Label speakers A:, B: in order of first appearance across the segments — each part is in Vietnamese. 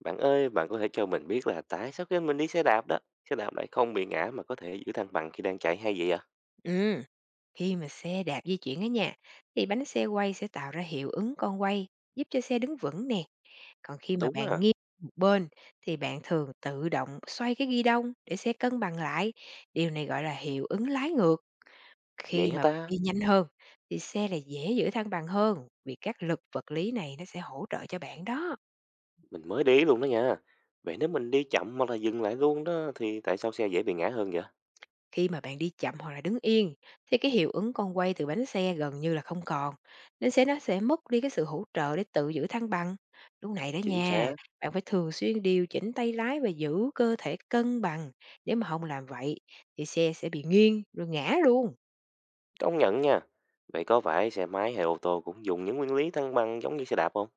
A: Bạn ơi, bạn có thể cho mình biết là tại sao khi mình đi xe đạp đó, xe đạp lại không bị ngã mà có thể giữ thăng bằng khi đang chạy hay vậy ạ?
B: Ừ, khi mà xe đạp di chuyển ở nhà thì bánh xe quay sẽ tạo ra hiệu ứng con quay giúp cho xe đứng vững nè. Còn khi mà
A: Đúng
B: bạn
A: à,
B: nghiêng một bên thì bạn thường tự động xoay cái ghi đông để xe cân bằng lại. Điều này gọi là hiệu ứng lái ngược.
A: vậy
B: Khi
A: hả
B: mà bạn
A: ta?
B: đi nhanh hơn thì xe là dễ giữ thăng bằng hơn vì các lực vật lý này nó sẽ hỗ trợ cho bạn đó.
A: Mình mới đi luôn đó nha. Vậy nếu mình đi chậm hoặc là dừng lại luôn đó thì tại sao xe dễ bị ngã hơn vậy?
B: Khi mà bạn đi chậm hoặc là đứng yên thì cái hiệu ứng con quay từ bánh xe gần như là không còn, nên xe nó sẽ mất đi cái sự hỗ trợ để tự giữ thăng bằng. Lúc này đó
A: Chính
B: nha,
A: xác,
B: bạn phải thường xuyên điều chỉnh tay lái và giữ cơ thể cân bằng. Nếu mà không làm vậy thì xe sẽ bị nghiêng rồi ngã luôn.
A: công nhận nha. Vậy có phải xe máy hay ô tô cũng dùng những nguyên lý thăng bằng giống như xe đạp không?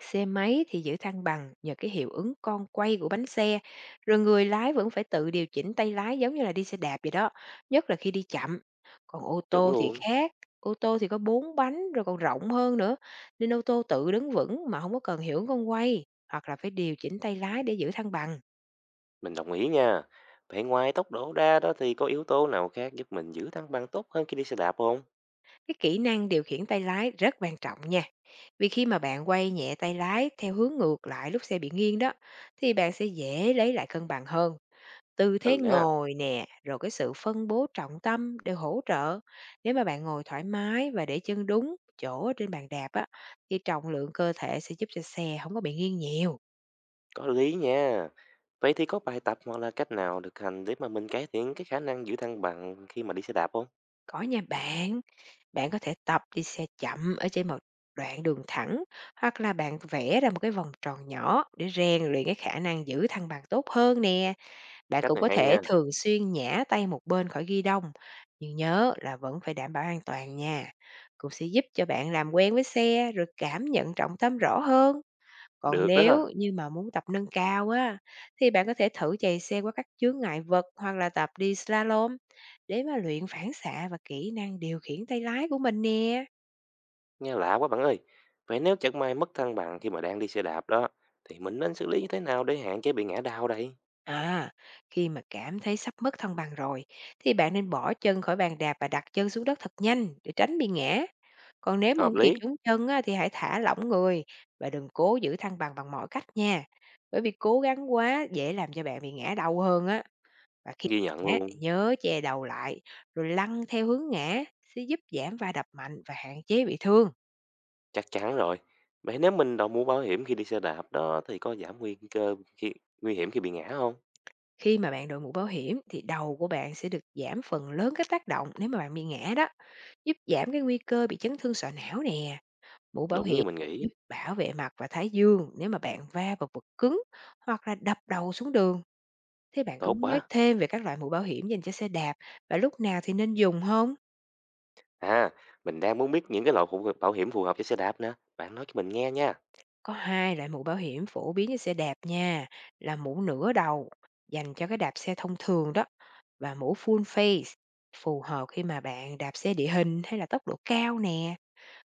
B: Xe máy thì giữ thăng bằng nhờ cái hiệu ứng con quay của bánh xe, rồi người lái vẫn phải tự điều chỉnh tay lái giống như là đi xe đạp vậy đó, nhất là khi đi chậm. Còn ô
A: Chuẩn
B: tô thì
A: luôn,
B: khác, ô tô thì có bốn bánh rồi còn rộng hơn nữa, nên ô tô tự đứng vững mà không có cần hiệu ứng con quay hoặc là phải điều chỉnh tay lái để giữ thăng bằng.
A: mình đồng ý nha. Vậy ngoài tốc độ ra đó thì có yếu tố nào khác giúp mình giữ thăng bằng tốt hơn khi đi xe đạp không?
B: Cái kỹ năng điều khiển tay lái rất quan trọng nha, vì khi mà bạn quay nhẹ tay lái theo hướng ngược lại lúc xe bị nghiêng đó, thì bạn sẽ dễ lấy lại cân bằng hơn. Tư thế
A: Ừ ha.
B: ngồi nè, rồi cái sự phân bố trọng tâm đều hỗ trợ. Nếu mà bạn ngồi thoải mái và để chân đúng chỗ ở trên bàn đạp á, thì trọng lượng cơ thể sẽ giúp cho xe không có bị nghiêng nhiều.
A: Có lý nha. Vậy thì có bài tập hoặc là cách nào được hành để mà mình cải thiện cái khả năng giữ thăng bằng khi mà đi xe đạp không?
B: Có nha bạn, bạn có thể tập đi xe chậm ở trên một đoạn đường thẳng hoặc là bạn vẽ ra một cái vòng tròn nhỏ để rèn luyện cái khả năng giữ thăng bằng tốt hơn nè. Bạn
A: Cách
B: cũng
A: này
B: có
A: hay
B: thể
A: nha.
B: thường xuyên nhả tay một bên khỏi ghi đông, nhưng nhớ là vẫn phải đảm bảo an toàn nha. Cũng sẽ giúp cho bạn làm quen với xe rồi cảm nhận trọng tâm rõ hơn. Còn
A: Được đó,
B: nếu
A: ha.
B: như mà muốn tập nâng cao á, thì bạn có thể thử chạy xe qua các chướng ngại vật hoặc là tập đi slalom để mà luyện phản xạ và kỹ năng điều khiển tay lái của mình nè.
A: Nghe lạ quá bạn ơi. Vậy nếu chẳng may mất thăng bằng khi mà đang đi xe đạp đó, thì mình nên xử lý như thế nào để hạn chế bị ngã đau đây?
B: À, khi mà cảm thấy sắp mất thăng bằng rồi, thì bạn nên bỏ chân khỏi bàn đạp và đặt chân xuống đất thật nhanh để tránh bị ngã. Còn nếu mà
A: Hợp
B: không kịp
A: lý.
B: chống chân á, thì hãy thả lỏng người và đừng cố giữ thăng bằng bằng mọi cách nha. Bởi vì cố gắng quá dễ làm cho bạn bị ngã đầu hơn á. Và khi
A: Ghi nhận
B: ngã,
A: luôn.
B: nhớ che đầu lại rồi lăn theo hướng ngã sẽ giúp giảm va đập mạnh và hạn chế bị thương.
A: Chắc chắn rồi. Vậy nếu mình đã mua bảo hiểm khi đi xe đạp đó thì có giảm nguy cơ khi nguy hiểm khi bị ngã không?
B: Khi mà bạn đội mũ bảo hiểm thì đầu của bạn sẽ được giảm phần lớn các tác động nếu mà bạn bị ngã đó, giúp giảm cái nguy cơ bị chấn thương sọ não nè. Mũ bảo
A: Đúng như
B: hiểm
A: mình
B: giúp
A: nghĩ.
B: bảo vệ mặt và thái dương nếu mà bạn va vào vật cứng hoặc là đập đầu xuống đường. Thế bạn có
A: Tốt
B: muốn nói
A: quá.
B: thêm về các loại mũ bảo hiểm dành cho xe đạp và lúc nào thì nên dùng không?
A: À, mình đang muốn biết những cái loại bảo hiểm phù hợp cho xe đạp nè. Bạn nói cho mình nghe nha.
B: Có 2 loại mũ bảo hiểm phổ biến cho xe đạp nha, là mũ nửa đầu dành cho cái đạp xe thông thường đó và mũ full face phù hợp khi mà bạn đạp xe địa hình hay là tốc độ cao nè.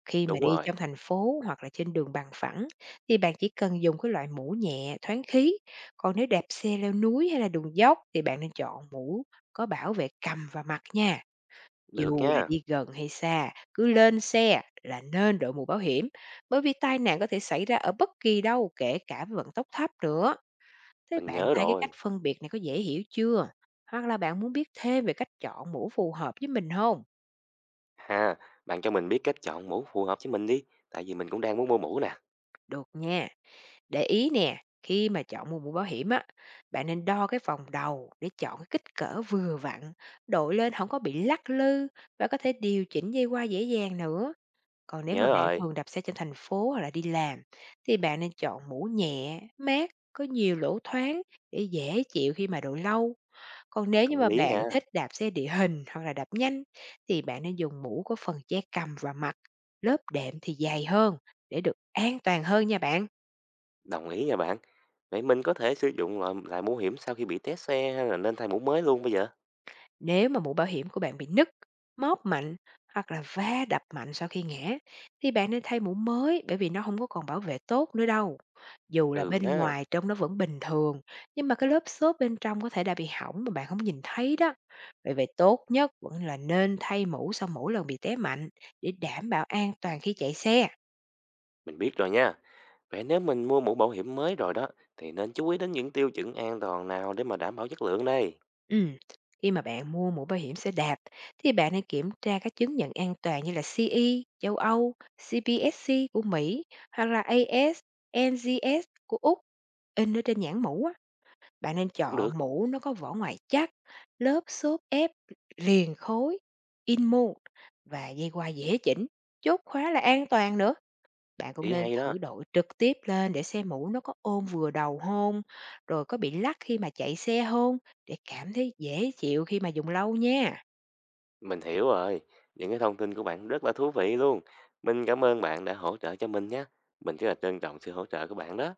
B: Khi mà
A: Đúng
B: đi trong
A: rồi,
B: thành phố hoặc là trên đường bằng phẳng thì bạn chỉ cần dùng cái loại mũ nhẹ, thoáng khí, còn nếu đạp xe leo núi hay là đường dốc thì bạn nên chọn mũ có bảo vệ cầm và mặt nha.
A: được
B: Dù là
A: nha,
B: đi gần hay xa, cứ lên xe là nên đội mũ bảo hiểm, bởi vì tai nạn có thể xảy ra ở bất kỳ đâu, kể cả với vận tốc thấp nữa. Thế
A: mình
B: bạn
A: nhớ
B: thấy cái cách
A: rồi.
B: phân biệt này có dễ hiểu chưa? Hoặc là bạn muốn biết thêm về cách chọn mũ phù hợp với mình không?
A: Ha, bạn cho mình biết cách chọn mũ phù hợp với mình đi, tại vì mình cũng đang muốn mua mũ nè.
B: Được nha. Để ý nè, khi mà chọn mua mũ bảo hiểm á, bạn nên đo cái vòng đầu để chọn cái kích cỡ vừa vặn, đội lên không có bị lắc lư và có thể điều chỉnh dây qua dễ dàng nữa. Còn nếu
A: Nhớ
B: mà bạn
A: rồi,
B: thường đạp xe trên thành phố hoặc là đi làm thì bạn nên chọn mũ nhẹ, mát, có nhiều lỗ thoáng để dễ chịu khi mà đội lâu. Còn nếu
A: có
B: như mà
A: lý
B: bạn
A: nha,
B: thích đạp xe địa hình hoặc là đạp nhanh thì bạn nên dùng mũ có phần che cằm và mặt, lớp đệm thì dày hơn để được an toàn hơn nha bạn.
A: đồng ý nha bạn. Vậy mình có thể sử dụng lại mũ hiểm sau khi bị té xe hay là nên thay mũ mới luôn bây giờ?
B: Nếu mà mũ bảo hiểm của bạn bị nứt, móp mạnh hoặc là va đập mạnh sau khi ngã thì bạn nên thay mũ mới bởi vì nó không có còn bảo vệ tốt nữa đâu. Dù là
A: Ừ
B: bên
A: ha,
B: ngoài trông nó vẫn bình thường nhưng mà cái lớp xốp bên trong có thể đã bị hỏng mà bạn không nhìn thấy đó. Vậy vậy tốt nhất vẫn là nên thay mũ sau mỗi lần bị té mạnh để đảm bảo an toàn khi chạy xe.
A: mình biết rồi nha. Vậy nếu mình mua mũ bảo hiểm mới rồi đó, thì nên chú ý đến những tiêu chuẩn an toàn nào để mà đảm bảo chất lượng đây?
B: Ừm, khi mà bạn mua mũ bảo hiểm xe đạp thì bạn nên kiểm tra các chứng nhận an toàn như là CE châu Âu, CPSC của Mỹ hoặc là AS, NGS của Úc. In ở trên nhãn mũ á, bạn nên
A: Cũng
B: chọn
A: được,
B: mũ nó có vỏ ngoài chắc, lớp xốp ép liền khối, in mode và dây qua dễ chỉnh, chốt khóa là an toàn nữa. Bạn cũng
A: ý
B: nên
A: hay đó.
B: thử đội trực tiếp lên để xem mũ nó có ôm vừa đầu không, rồi có bị lắc khi mà chạy xe không, để cảm thấy dễ chịu khi mà dùng lâu nha.
A: Mình hiểu rồi. Những cái thông tin của bạn rất là thú vị luôn. Mình cảm ơn bạn đã hỗ trợ cho mình nhé. Mình rất là trân trọng sự hỗ trợ của bạn đó.